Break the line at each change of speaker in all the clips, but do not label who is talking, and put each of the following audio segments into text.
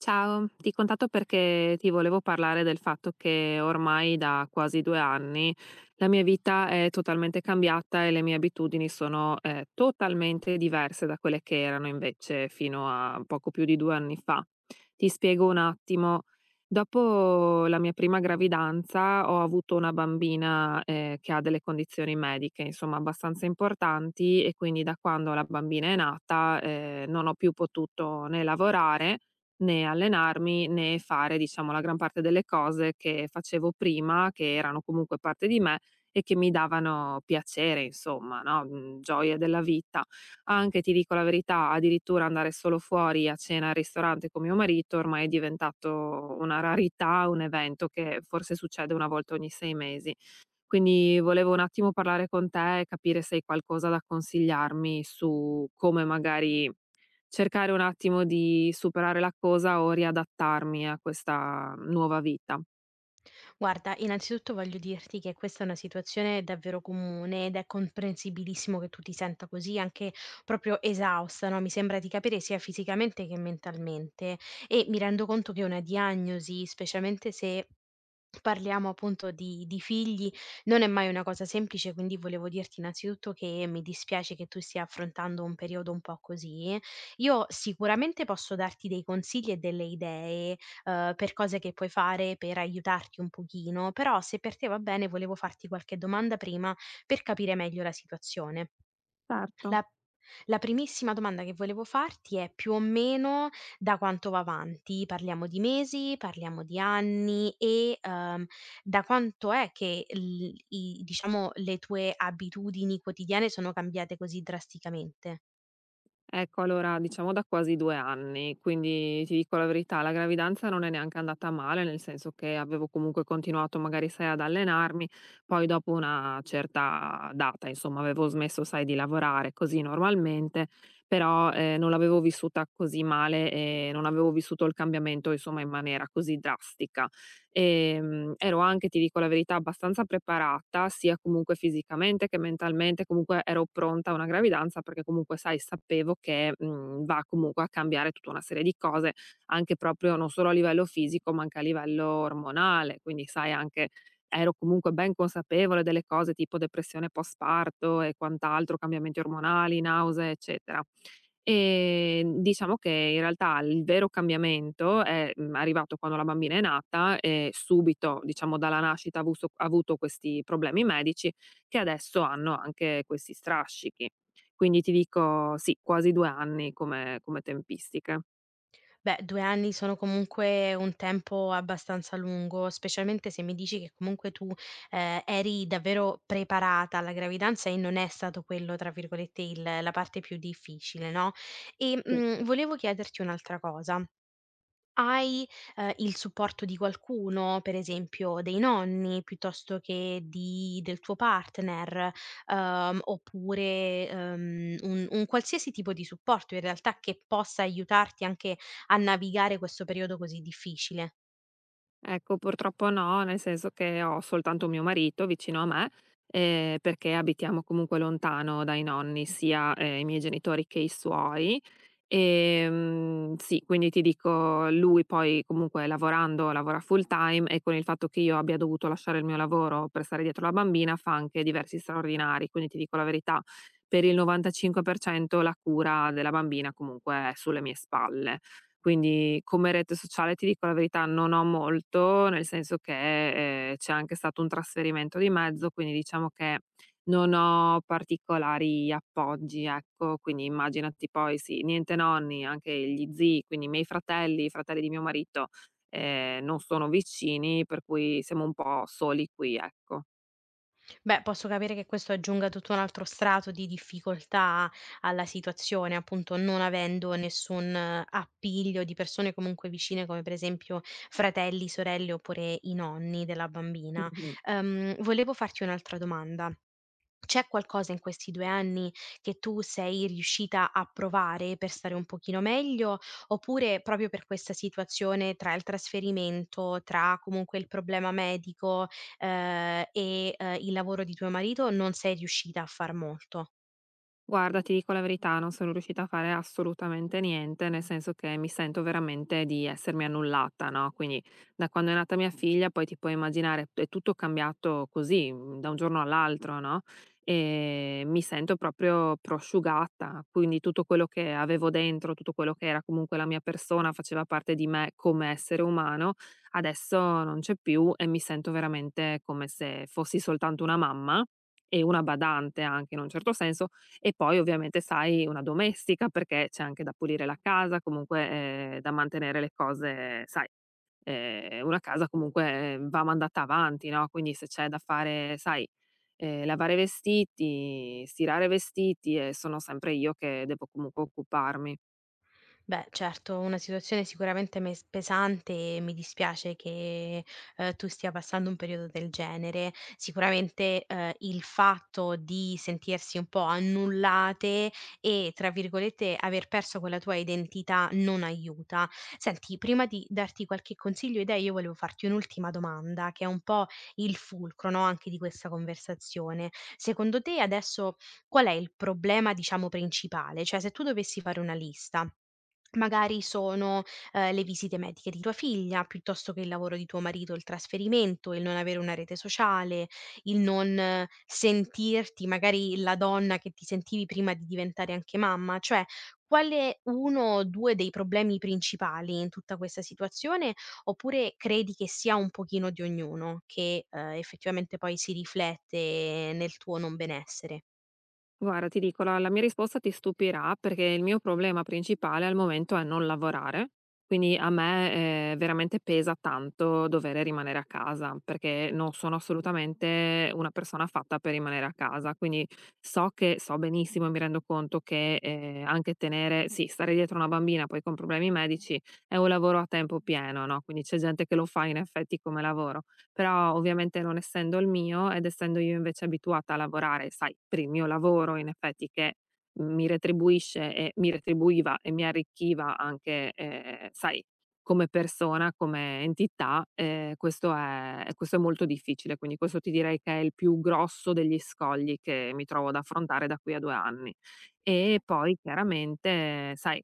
Ciao, ti contatto perché ti volevo parlare del fatto che ormai da quasi due anni la mia vita è totalmente cambiata e le mie abitudini sono totalmente diverse da quelle che erano invece fino a poco più di due anni fa. Ti spiego un attimo. Dopo la mia prima gravidanza ho avuto una bambina che ha delle condizioni mediche, insomma, abbastanza importanti, e quindi da quando la bambina è nata non ho più potuto né lavorare, né allenarmi, né fare, diciamo, la gran parte delle cose che facevo prima, che erano comunque parte di me e che mi davano piacere, insomma, no, gioie della vita. Anche, ti dico la verità, addirittura andare solo fuori a cena al ristorante con mio marito ormai è diventato una rarità, un evento che forse succede una volta ogni sei mesi. Quindi volevo un attimo parlare con te e capire se hai qualcosa da consigliarmi su come magari cercare un attimo di superare la cosa o riadattarmi a questa nuova vita.
Guarda, innanzitutto voglio dirti che questa è una situazione davvero comune ed è comprensibilissimo che tu ti senta così, anche proprio esausta, no? Mi sembra di capire sia fisicamente che mentalmente. E mi rendo conto che una diagnosi, specialmente se parliamo appunto di figli, non è mai una cosa semplice, quindi volevo dirti innanzitutto che mi dispiace che tu stia affrontando un periodo un po' così. Io sicuramente posso darti dei consigli e delle idee per cose che puoi fare per aiutarti un pochino, però se per te va bene volevo farti qualche domanda prima per capire meglio la situazione.
Certo.
La la primissima domanda che volevo farti è più o meno da quanto va avanti? Parliamo di mesi, parliamo di anni e, da quanto è che l i diciamo le tue abitudini quotidiane sono cambiate così drasticamente?
Ecco, allora diciamo da quasi due anni, quindi ti dico la verità, la gravidanza non è neanche andata male, nel senso che avevo comunque continuato, magari, sai, ad allenarmi, poi dopo una certa data, insomma, avevo smesso, sai, di lavorare così normalmente, però, non l'avevo vissuta così male e non avevo vissuto il cambiamento, insomma, in maniera così drastica. Ero anche, ti dico la verità, abbastanza preparata, sia comunque fisicamente che mentalmente, comunque ero pronta a una gravidanza perché comunque, sai, sapevo che, va comunque a cambiare tutta una serie di cose, anche proprio non solo a livello fisico, ma anche a livello ormonale. Quindi, sai, anche ero comunque ben consapevole delle cose tipo depressione post parto e quant'altro, cambiamenti ormonali, nausea, eccetera. Diciamo che in realtà il vero cambiamento è, arrivato quando la bambina è nata e subito, diciamo, dalla nascita ha avuto questi problemi medici che adesso hanno anche questi strascichi. Quindi ti dico sì, quasi due anni come tempistiche.
Beh, 2 anni sono comunque un tempo abbastanza lungo, specialmente se mi dici che comunque tu, eri davvero preparata alla gravidanza e non è stato quello, tra virgolette, il la parte più difficile, no? E, volevo chiederti un'altra cosa. Hai, il supporto di qualcuno, per esempio dei nonni, piuttosto che di del tuo partner, oppure, un qualsiasi tipo di supporto in realtà che possa aiutarti anche a navigare questo periodo così difficile.
Ecco, purtroppo no, nel senso che ho soltanto mio marito vicino a me, perché abitiamo comunque lontano dai nonni, sia, i miei genitori che i suoi. Sì, quindi ti dico, lui poi comunque lavorando, lavora full time, e con il fatto che io abbia dovuto lasciare il mio lavoro per stare dietro la bambina, fa anche diversi straordinari. Quindi ti dico la verità, per il 95% la cura della bambina comunque è sulle mie spalle. Quindi come rete sociale ti dico la verità, non ho molto, nel senso che, c'è anche stato un trasferimento di mezzo, quindi diciamo che non ho particolari appoggi, ecco. Quindi immaginati, poi sì, niente nonni, anche gli zii, quindi i miei fratelli, i fratelli di mio marito, non sono vicini, per cui siamo un po' soli qui, ecco.
Beh, posso capire che questo aggiunga tutto un altro strato di difficoltà alla situazione, appunto, non avendo nessun appiglio di persone comunque vicine, come per esempio fratelli, sorelle oppure i nonni della bambina.
Mh-mh.
Volevo farti un'altra domanda. C'è qualcosa in questi 2 anni che tu sei riuscita a provare per stare un pochino meglio, oppure proprio per questa situazione tra il trasferimento, tra comunque il problema medico, e il lavoro di tuo marito non sei riuscita a far molto.
Guarda, ti dico la verità, non sono riuscita a fare assolutamente niente, nel senso che mi sento veramente di essermi annullata, no? Quindi da quando è nata mia figlia, poi ti puoi immaginare, è tutto cambiato così, da un giorno all'altro, no? E mi sento proprio prosciugata, quindi tutto quello che avevo dentro, tutto quello che era comunque la mia persona, faceva parte di me come essere umano, adesso non c'è più e mi sento veramente come se fossi soltanto una mamma. E una badante anche, in un certo senso, e poi ovviamente, sai, una domestica, perché c'è anche da pulire la casa, comunque, da mantenere le cose, sai, una casa comunque, va mandata avanti, no, quindi se c'è da fare, sai, lavare vestiti, stirare vestiti, sono sempre io che devo comunque occuparmi.
Beh, certo, una situazione sicuramente mes pesante e mi dispiace che, tu stia passando un periodo del genere. Sicuramente, il fatto di sentirsi un po' "annullate" e, tra virgolette, aver perso quella tua identità non aiuta. Senti, prima di darti qualche consiglio o idea, io volevo farti un'ultima domanda, che è un po' il fulcro, no, anche di questa conversazione. Secondo te adesso qual è il problema, diciamo, principale? Cioè, se tu dovessi fare una lista. Magari sono, le visite mediche di tua figlia, piuttosto che il lavoro di tuo marito, il trasferimento, il non avere una rete sociale, il non sentirti magari la donna che ti sentivi prima di diventare anche mamma. Cioè, quale 1 o 2 dei problemi principali in tutta questa situazione, oppure credi che sia un pochino di ognuno, che, effettivamente poi si riflette nel tuo non benessere?
Guarda, ti dico, la mia risposta ti stupirà perché il mio problema principale al momento è non lavorare, quindi a me veramente pesa tanto dover rimanere a casa perché non sono assolutamente una persona fatta per rimanere a casa, quindi so che, so benissimo e mi rendo conto che anche tenere, sì, stare dietro una bambina poi con problemi medici è un lavoro a tempo pieno, no? Quindi c'è gente che lo fa in effetti come lavoro, però ovviamente non essendo il mio ed essendo io invece abituata a lavorare, sai, per il mio lavoro, in effetti, che mi retribuisce e mi retribuiva e mi arricchiva anche, sai, come persona, come entità, questo è molto difficile. Quindi questo ti direi che è il più grosso degli scogli che mi trovo ad affrontare da qui a due anni. E poi chiaramente, sai,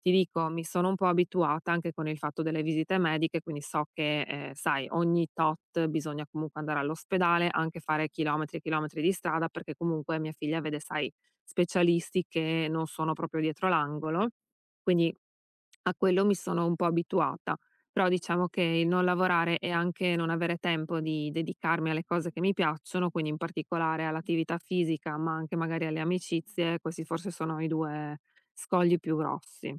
ti dico, mi sono un po' abituata anche con il fatto delle visite mediche, quindi so che, sai, ogni tot bisogna comunque andare all'ospedale, anche fare chilometri e chilometri di strada, perché comunque mia figlia vede, sai, specialisti che non sono proprio dietro l'angolo, quindi a quello mi sono un po' abituata. Però diciamo che il non lavorare e anche non avere tempo di dedicarmi alle cose che mi piacciono, quindi in particolare all'attività fisica, ma anche magari alle amicizie, questi forse sono i due scogli più grossi.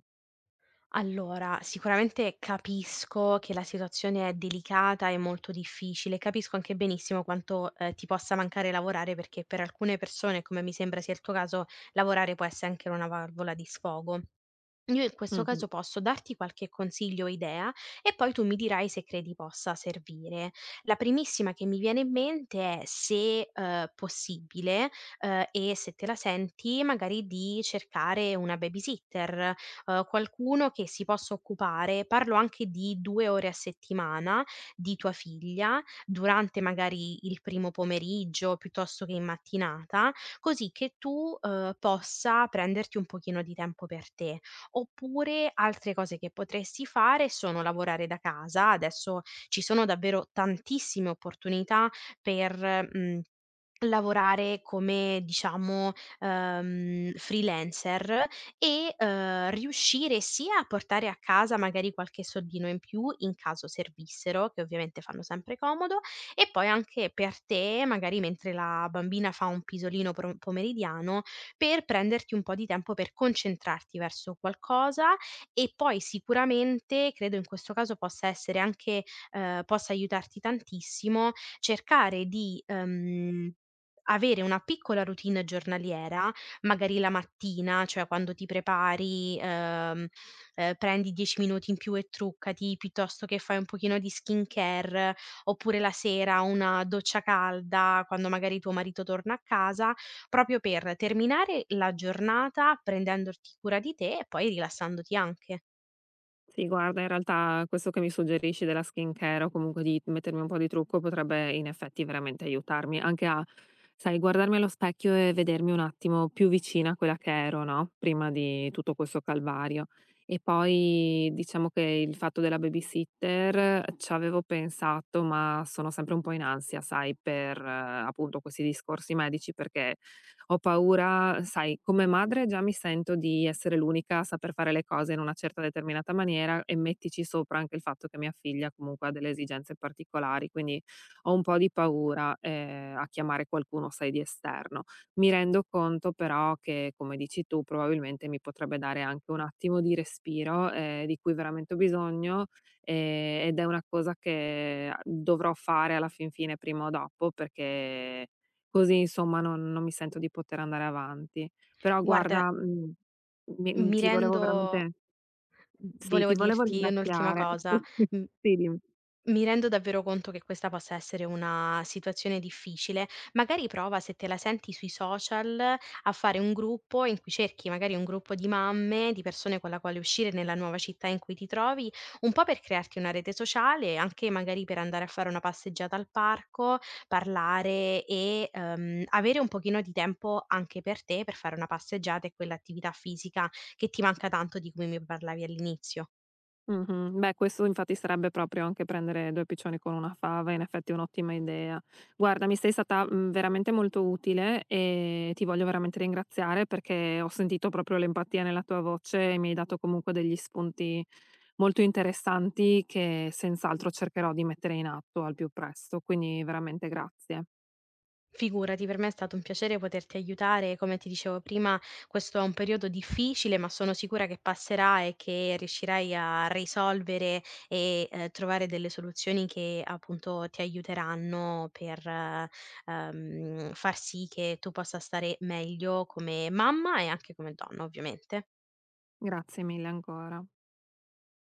Allora, sicuramente capisco che la situazione è delicata e molto difficile, capisco anche benissimo quanto, ti possa mancare lavorare perché per alcune persone, come mi sembra sia il tuo caso, lavorare può essere anche una valvola di sfogo. Io in questo
Mh-mh.
caso posso darti qualche consiglio o idea e poi tu mi dirai se credi possa servire. La primissima che mi viene in mente è se possibile e se te la senti magari di cercare una babysitter, qualcuno che si possa occupare, parlo anche di due ore a settimana di tua figlia, durante magari il primo pomeriggio piuttosto che in mattinata, così che tu possa prenderti un pochino di tempo per te. Oppure altre cose che potresti fare sono lavorare da casa. Adesso ci sono davvero tantissime opportunità per, mhmm, lavorare come diciamo, freelancer e riuscire sia a portare a casa magari qualche soldino in più in caso servissero, che ovviamente fanno sempre comodo, e poi anche per te magari mentre la bambina fa un pisolino pro pomeridiano, per prenderti un po' di tempo per concentrarti verso qualcosa e poi sicuramente, credo in questo caso possa essere anche possa aiutarti tantissimo, cercare di avere una piccola routine giornaliera, magari la mattina, cioè quando ti prepari, prendi 10 minuti in più e truccati, piuttosto che fai un pochino di skincare, oppure la sera una doccia calda quando magari tuo marito torna a casa. Proprio per terminare la giornata prendendoti cura di te e poi rilassandoti anche.
Sì, guarda, in realtà questo che mi suggerisci della skincare, o comunque di mettermi un po' di trucco, potrebbe in effetti veramente aiutarmi anche a, sai, guardarmi allo specchio e vedermi un attimo più vicina a quella che ero, no, prima di tutto questo calvario. E poi diciamo che il fatto della babysitter c'avevo pensato, ma sono sempre un po' in ansia, sai, per appunto questi discorsi medici, perché ho paura, sai, come madre già mi sento di essere l'unica a saper fare le cose in una certa determinata maniera e mettici sopra anche il fatto che mia figlia comunque ha delle esigenze particolari, quindi ho un po' di paura, a chiamare qualcuno, sai, di esterno. Mi rendo conto però che, come dici tu, probabilmente mi potrebbe dare anche un attimo di respiro, di cui veramente ho bisogno, ed è una cosa che, dovrò fare alla fin fine prima o dopo, perché così, insomma, non mi sento di poter andare avanti. Però
Guarda,
guarda,
mi
ti volevo
rendo volevo dirti un'ultima
ringraziare.
cosa, mhmm,
Sì, dimmi.
mi rendo davvero conto che questa possa essere una situazione difficile. Magari prova, se te la senti sui social, a fare un gruppo in cui cerchi magari un gruppo di mamme, di persone con la quale uscire nella nuova città in cui ti trovi, un po' per crearti una rete sociale, anche magari per andare a fare una passeggiata al parco, parlare e avere un pochino di tempo anche per te, per fare una passeggiata e quell'attività fisica che ti manca tanto di cui mi parlavi all'inizio.
Mh-mh. Beh, questo infatti sarebbe proprio anche prendere due piccioni con una fava, in effetti è un'ottima idea. Guarda, mi sei stata, veramente molto utile e ti voglio veramente ringraziare perché ho sentito proprio l'empatia nella tua voce e mi hai dato comunque degli spunti molto interessanti che senz'altro cercherò di mettere in atto al più presto, quindi veramente grazie.
Figurati, per me è stato un piacere poterti aiutare. Come ti dicevo prima, questo è un periodo difficile, ma sono sicura che passerà e che riuscirai a risolvere e trovare delle soluzioni che appunto ti aiuteranno per far sì che tu possa stare meglio come mamma e anche come donna, ovviamente.
Grazie mille ancora.